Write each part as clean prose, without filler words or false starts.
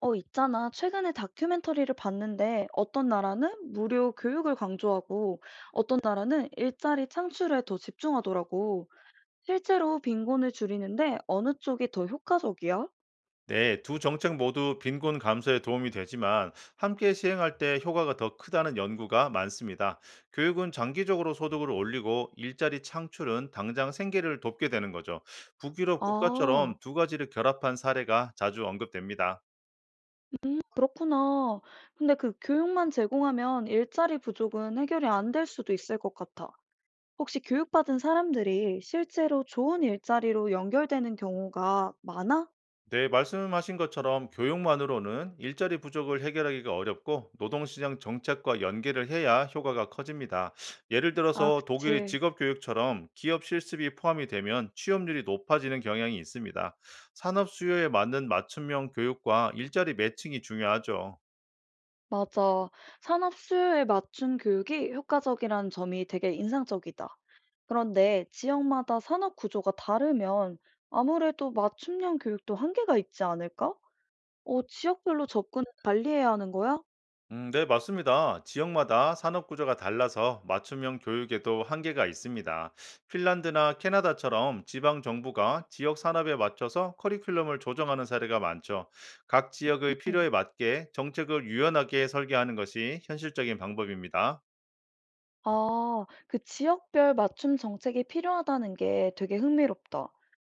있잖아. 최근에 다큐멘터리를 봤는데 어떤 나라는 무료 교육을 강조하고 어떤 나라는 일자리 창출에 더 집중하더라고. 실제로 빈곤을 줄이는데 어느 쪽이 더 효과적이야? 네, 두 정책 모두 빈곤 감소에 도움이 되지만 함께 시행할 때 효과가 더 크다는 연구가 많습니다. 교육은 장기적으로 소득을 올리고 일자리 창출은 당장 생계를 돕게 되는 거죠. 북유럽 국가처럼 아, 두 가지를 결합한 사례가 자주 언급됩니다. 그렇구나. 근데 그 교육만 제공하면 일자리 부족은 해결이 안 될 수도 있을 것 같아. 혹시 교육받은 사람들이 실제로 좋은 일자리로 연결되는 경우가 많아? 네, 말씀하신 것처럼 교육만으로는 일자리 부족을 해결하기가 어렵고 노동시장 정책과 연계를 해야 효과가 커집니다. 예를 아, 들어서 독일의 그치. 직업교육처럼 기업 실습이 포함이 되면 취업률이 높아지는 경향이 있습니다. 산업 수요에 맞는 맞춤형 교육과 일자리 매칭이 중요하죠. 맞아. 산업 수요에 맞춘 교육이 효과적이라는 점이 되게 인상적이다. 그런데 지역마다 산업 구조가 다르면 아무래도 맞춤형 교육도 한계가 있지 않을까? 지역별로 접근을 달리해야 하는 거야? 네, 맞습니다. 지역마다 산업 구조가 달라서 맞춤형 교육에도 한계가 있습니다. 핀란드나 캐나다처럼 지방 정부가 지역 산업에 맞춰서 커리큘럼을 조정하는 사례가 많죠. 각 지역의 응. 필요에 맞게 정책을 유연하게 설계하는 것이 현실적인 방법입니다. 아, 그 지역별 맞춤 정책이 필요하다는 게 되게 흥미롭다.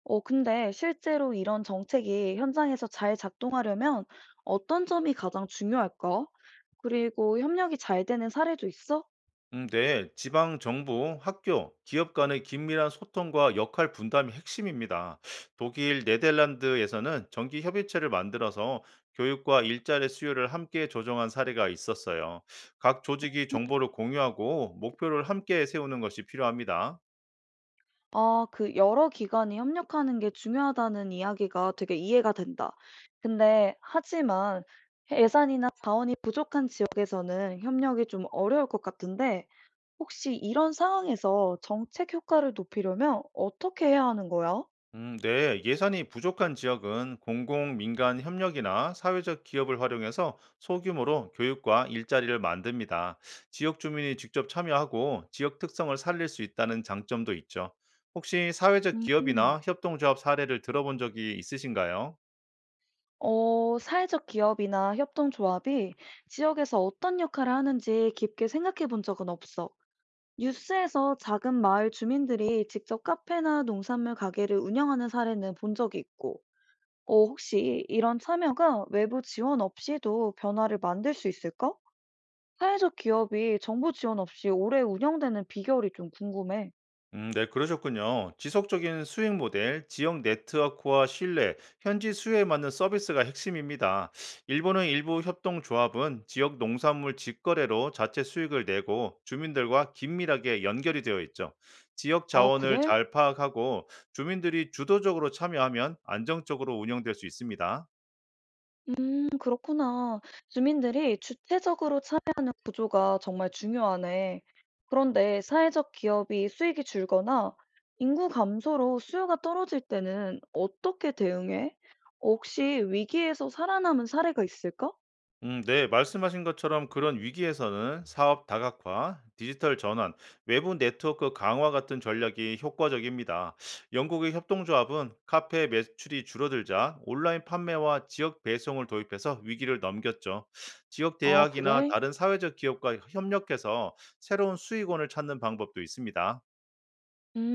근데 실제로 이런 정책이 현장에서 잘 작동하려면 어떤 점이 가장 중요할까? 그리고 협력이 잘 되는 사례도 있어? 네, 지방 정부, 학교, 기업 간의 긴밀한 소통과 역할 분담이 핵심입니다. 독일, 네덜란드에서는 정기 협의체를 만들어서 교육과 일자리 수요를 함께 조정한 사례가 있었어요. 각 조직이 정보를 공유하고 목표를 함께 세우는 것이 필요합니다. 아, 그 여러 기관이 협력하는 게 중요하다는 이야기가 되게 이해가 된다. 근데 하지만 예산이나 자원이 부족한 지역에서는 협력이 좀 어려울 것 같은데 혹시 이런 상황에서 정책 효과를 높이려면 어떻게 해야 하는 거야? 네. 예산이 부족한 지역은 공공 민간 협력이나 사회적 기업을 활용해서 소규모로 교육과 일자리를 만듭니다. 지역 주민이 직접 참여하고 지역 특성을 살릴 수 있다는 장점도 있죠. 혹시 사회적 음. 기업이나 협동조합 사례를 들어본 적이 있으신가요? 사회적 기업이나 협동조합이 지역에서 어떤 역할을 하는지 깊게 생각해 본 적은 없어. 뉴스에서 작은 마을 주민들이 직접 카페나 농산물 가게를 운영하는 사례는 본 적이 있고, 혹시 이런 참여가 외부 지원 없이도 변화를 만들 수 있을까? 사회적 기업이 정부 지원 없이 오래 운영되는 비결이 좀 궁금해. 네, 그러셨군요. 지속적인 수익 모델, 지역 네트워크와 신뢰, 현지 수요에 맞는 서비스가 핵심입니다. 일본의 일부 협동조합은 지역 농산물 직거래로 자체 수익을 내고 주민들과 긴밀하게 연결이 되어 있죠. 지역 아, 자원을 그래? 잘 파악하고 주민들이 주도적으로 참여하면 안정적으로 운영될 수 있습니다. 그렇구나. 주민들이 주체적으로 참여하는 구조가 정말 중요하네. 그런데 사회적 기업이 수익이 줄거나 인구 감소로 수요가 떨어질 때는 어떻게 대응해? 혹시 위기에서 살아남은 사례가 있을까? 네, 말씀하신 것처럼 그런 위기에서는 사업 다각화, 디지털 전환, 외부 네트워크 강화 같은 전략이 효과적입니다. 영국의 협동조합은 카페 매출이 줄어들자 온라인 판매와 지역 배송을 도입해서 위기를 넘겼죠. 지역 아, 대학이나 그래? 다른 사회적 기업과 협력해서 새로운 수익원을 찾는 방법도 있습니다. 음,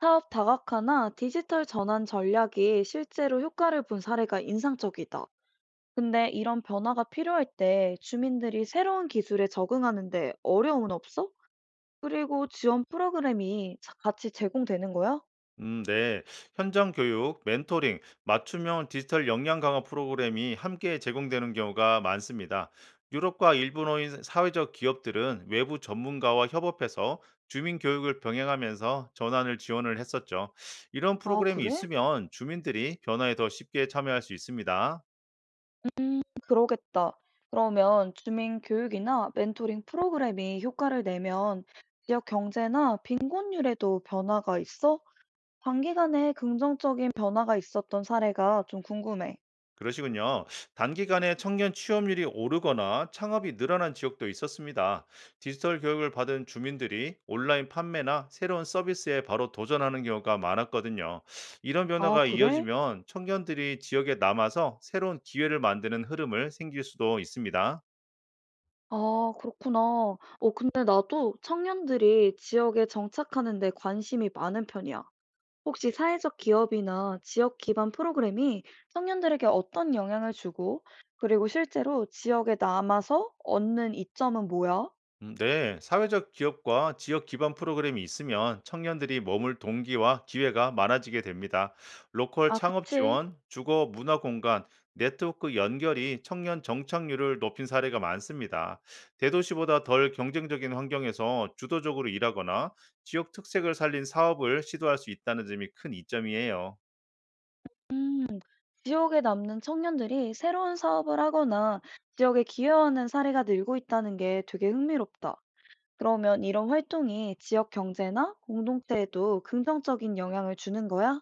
사업 다각화나 디지털 전환 전략이 실제로 효과를 본 사례가 인상적이다. 근데 이런 변화가 필요할 때 주민들이 새로운 기술에 적응하는데 어려움은 없어? 그리고 지원 프로그램이 같이 제공되는 거야? 네. 현장 교육, 멘토링, 맞춤형 디지털 역량 강화 프로그램이 함께 제공되는 경우가 많습니다. 유럽과 일본어인 사회적 기업들은 외부 전문가와 협업해서 주민 교육을 병행하면서 전환을 지원을 했었죠. 이런 아, 프로그램이 그래? 있으면 주민들이 변화에 더 쉽게 참여할 수 있습니다. 음, 그러겠다. 그러면 주민 교육이나 멘토링 프로그램이 효과를 내면 지역 경제나 빈곤율에도 변화가 있어? 단기간에 긍정적인 변화가 있었던 사례가 좀 궁금해. 그러시군요. 단기간에 청년 취업률이 오르거나 창업이 늘어난 지역도 있었습니다. 디지털 교육을 받은 주민들이 온라인 판매나 새로운 서비스에 바로 도전하는 경우가 많았거든요. 이런 아, 변화가 그래? 이어지면 청년들이 지역에 남아서 새로운 기회를 만드는 흐름을 생길 수도 있습니다. 아, 그렇구나. 근데 나도 청년들이 지역에 정착하는 데 관심이 많은 편이야. 혹시 사회적 기업이나 지역 기반 프로그램이 청년들에게 어떤 영향을 주고, 그리고 실제로 지역에 남아서 얻는 이점은 뭐야? 네, 사회적 기업과 지역 기반 프로그램이 있으면 청년들이 머물 동기와 기회가 많아지게 됩니다. 로컬 아, 창업 그치. 지원, 주거 문화 공간, 네트워크 연결이 청년 정착률을 높인 사례가 많습니다. 대도시보다 덜 경쟁적인 환경에서 주도적으로 일하거나 지역 특색을 살린 사업을 시도할 수 있다는 점이 큰 이점이에요. 지역에 남는 청년들이 새로운 사업을 하거나 지역에 기여하는 사례가 늘고 있다는 게 되게 흥미롭다. 그러면 이런 활동이 지역 경제나 공동체에도 긍정적인 영향을 주는 거야?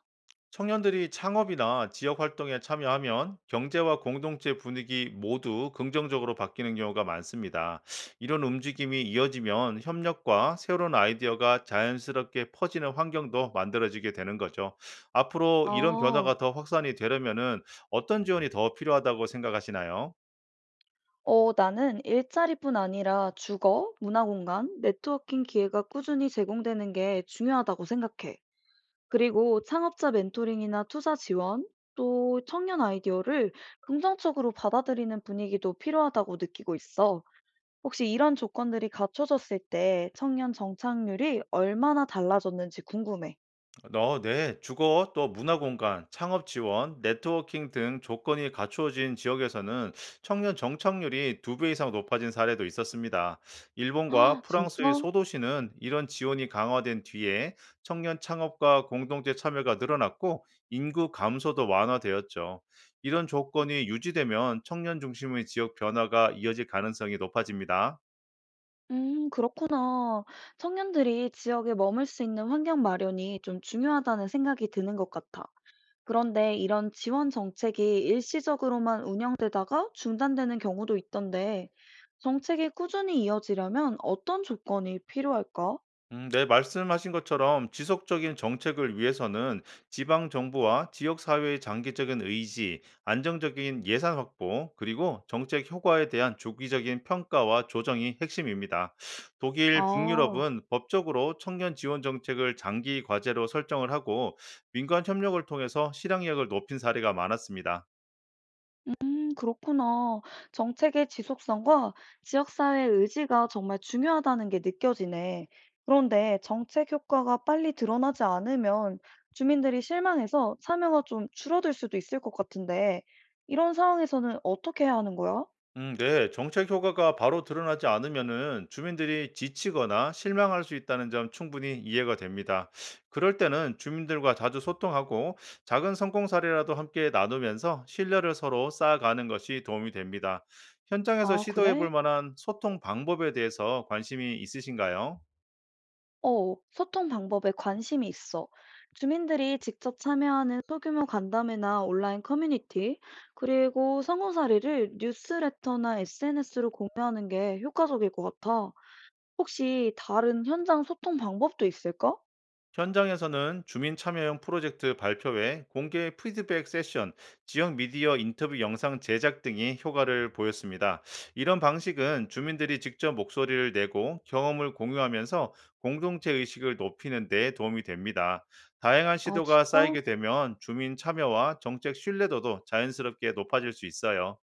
청년들이 창업이나 지역 활동에 참여하면 경제와 공동체 분위기 모두 긍정적으로 바뀌는 경우가 많습니다. 이런 움직임이 이어지면 협력과 새로운 아이디어가 자연스럽게 퍼지는 환경도 만들어지게 되는 거죠. 앞으로 이런 아. 변화가 더 확산이 되려면은 어떤 지원이 더 필요하다고 생각하시나요? 나는 일자리뿐 아니라 주거, 문화공간, 네트워킹 기회가 꾸준히 제공되는 게 중요하다고 생각해. 그리고 창업자 멘토링이나 투자 지원, 또 청년 아이디어를 긍정적으로 받아들이는 분위기도 필요하다고 느끼고 있어. 혹시 이런 조건들이 갖춰졌을 때 청년 정착률이 얼마나 달라졌는지 궁금해. 네. 주거, 또 문화 공간, 창업 지원, 네트워킹 등 조건이 갖추어진 지역에서는 청년 정착률이 두 배 이상 높아진 사례도 있었습니다. 일본과 아, 프랑스의 진짜? 소도시는 이런 지원이 강화된 뒤에 청년 창업과 공동체 참여가 늘어났고 인구 감소도 완화되었죠. 이런 조건이 유지되면 청년 중심의 지역 변화가 이어질 가능성이 높아집니다. 그렇구나. 청년들이 지역에 머물 수 있는 환경 마련이 좀 중요하다는 생각이 드는 것 같아. 그런데 이런 지원 정책이 일시적으로만 운영되다가 중단되는 경우도 있던데, 정책이 꾸준히 이어지려면 어떤 조건이 필요할까? 네, 말씀하신 것처럼 지속적인 정책을 위해서는 지방 정부와 지역 사회의 장기적인 의지, 안정적인 예산 확보, 그리고 정책 효과에 대한 주기적인 평가와 조정이 핵심입니다. 독일, 아, 북유럽은 법적으로 청년 지원 정책을 장기 과제로 설정을 하고 민관 협력을 통해서 실행력을 높인 사례가 많았습니다. 그렇구나. 정책의 지속성과 지역사회의 의지가 정말 중요하다는 게 느껴지네. 그런데 정책 효과가 빨리 드러나지 않으면 주민들이 실망해서 참여가 좀 줄어들 수도 있을 것 같은데, 이런 상황에서는 어떻게 해야 하는 거야? 네. 정책 효과가 바로 드러나지 않으면은 주민들이 지치거나 실망할 수 있다는 점 충분히 이해가 됩니다. 그럴 때는 주민들과 자주 소통하고 작은 성공 사례라도 함께 나누면서 신뢰를 서로 쌓아가는 것이 도움이 됩니다. 현장에서 아, 시도해 볼 그래? 만한 소통 방법에 대해서 관심이 있으신가요? 소통 방법에 관심이 있어. 주민들이 직접 참여하는 소규모 간담회나 온라인 커뮤니티, 그리고 성공 사례를 뉴스레터나 SNS로 공유하는 게 효과적일 것 같아. 혹시 다른 현장 소통 방법도 있을까? 현장에서는 주민 참여형 프로젝트 발표회, 공개 피드백 세션, 지역 미디어 인터뷰 영상 제작 등이 효과를 보였습니다. 이런 방식은 주민들이 직접 목소리를 내고 경험을 공유하면서 공동체 의식을 높이는 데 도움이 됩니다. 다양한 아, 시도가 진짜? 쌓이게 되면 주민 참여와 정책 신뢰도도 자연스럽게 높아질 수 있어요.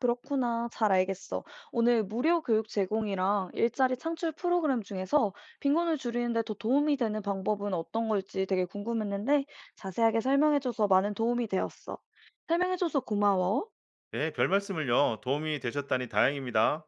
그렇구나. 잘 알겠어. 오늘 무료 교육 제공이랑 일자리 창출 프로그램 중에서 빈곤을 줄이는데 더 도움이 되는 방법은 어떤 걸지 되게 궁금했는데 자세하게 설명해줘서 많은 도움이 되었어. 설명해줘서 고마워. 네, 별 말씀을요. 도움이 되셨다니 다행입니다.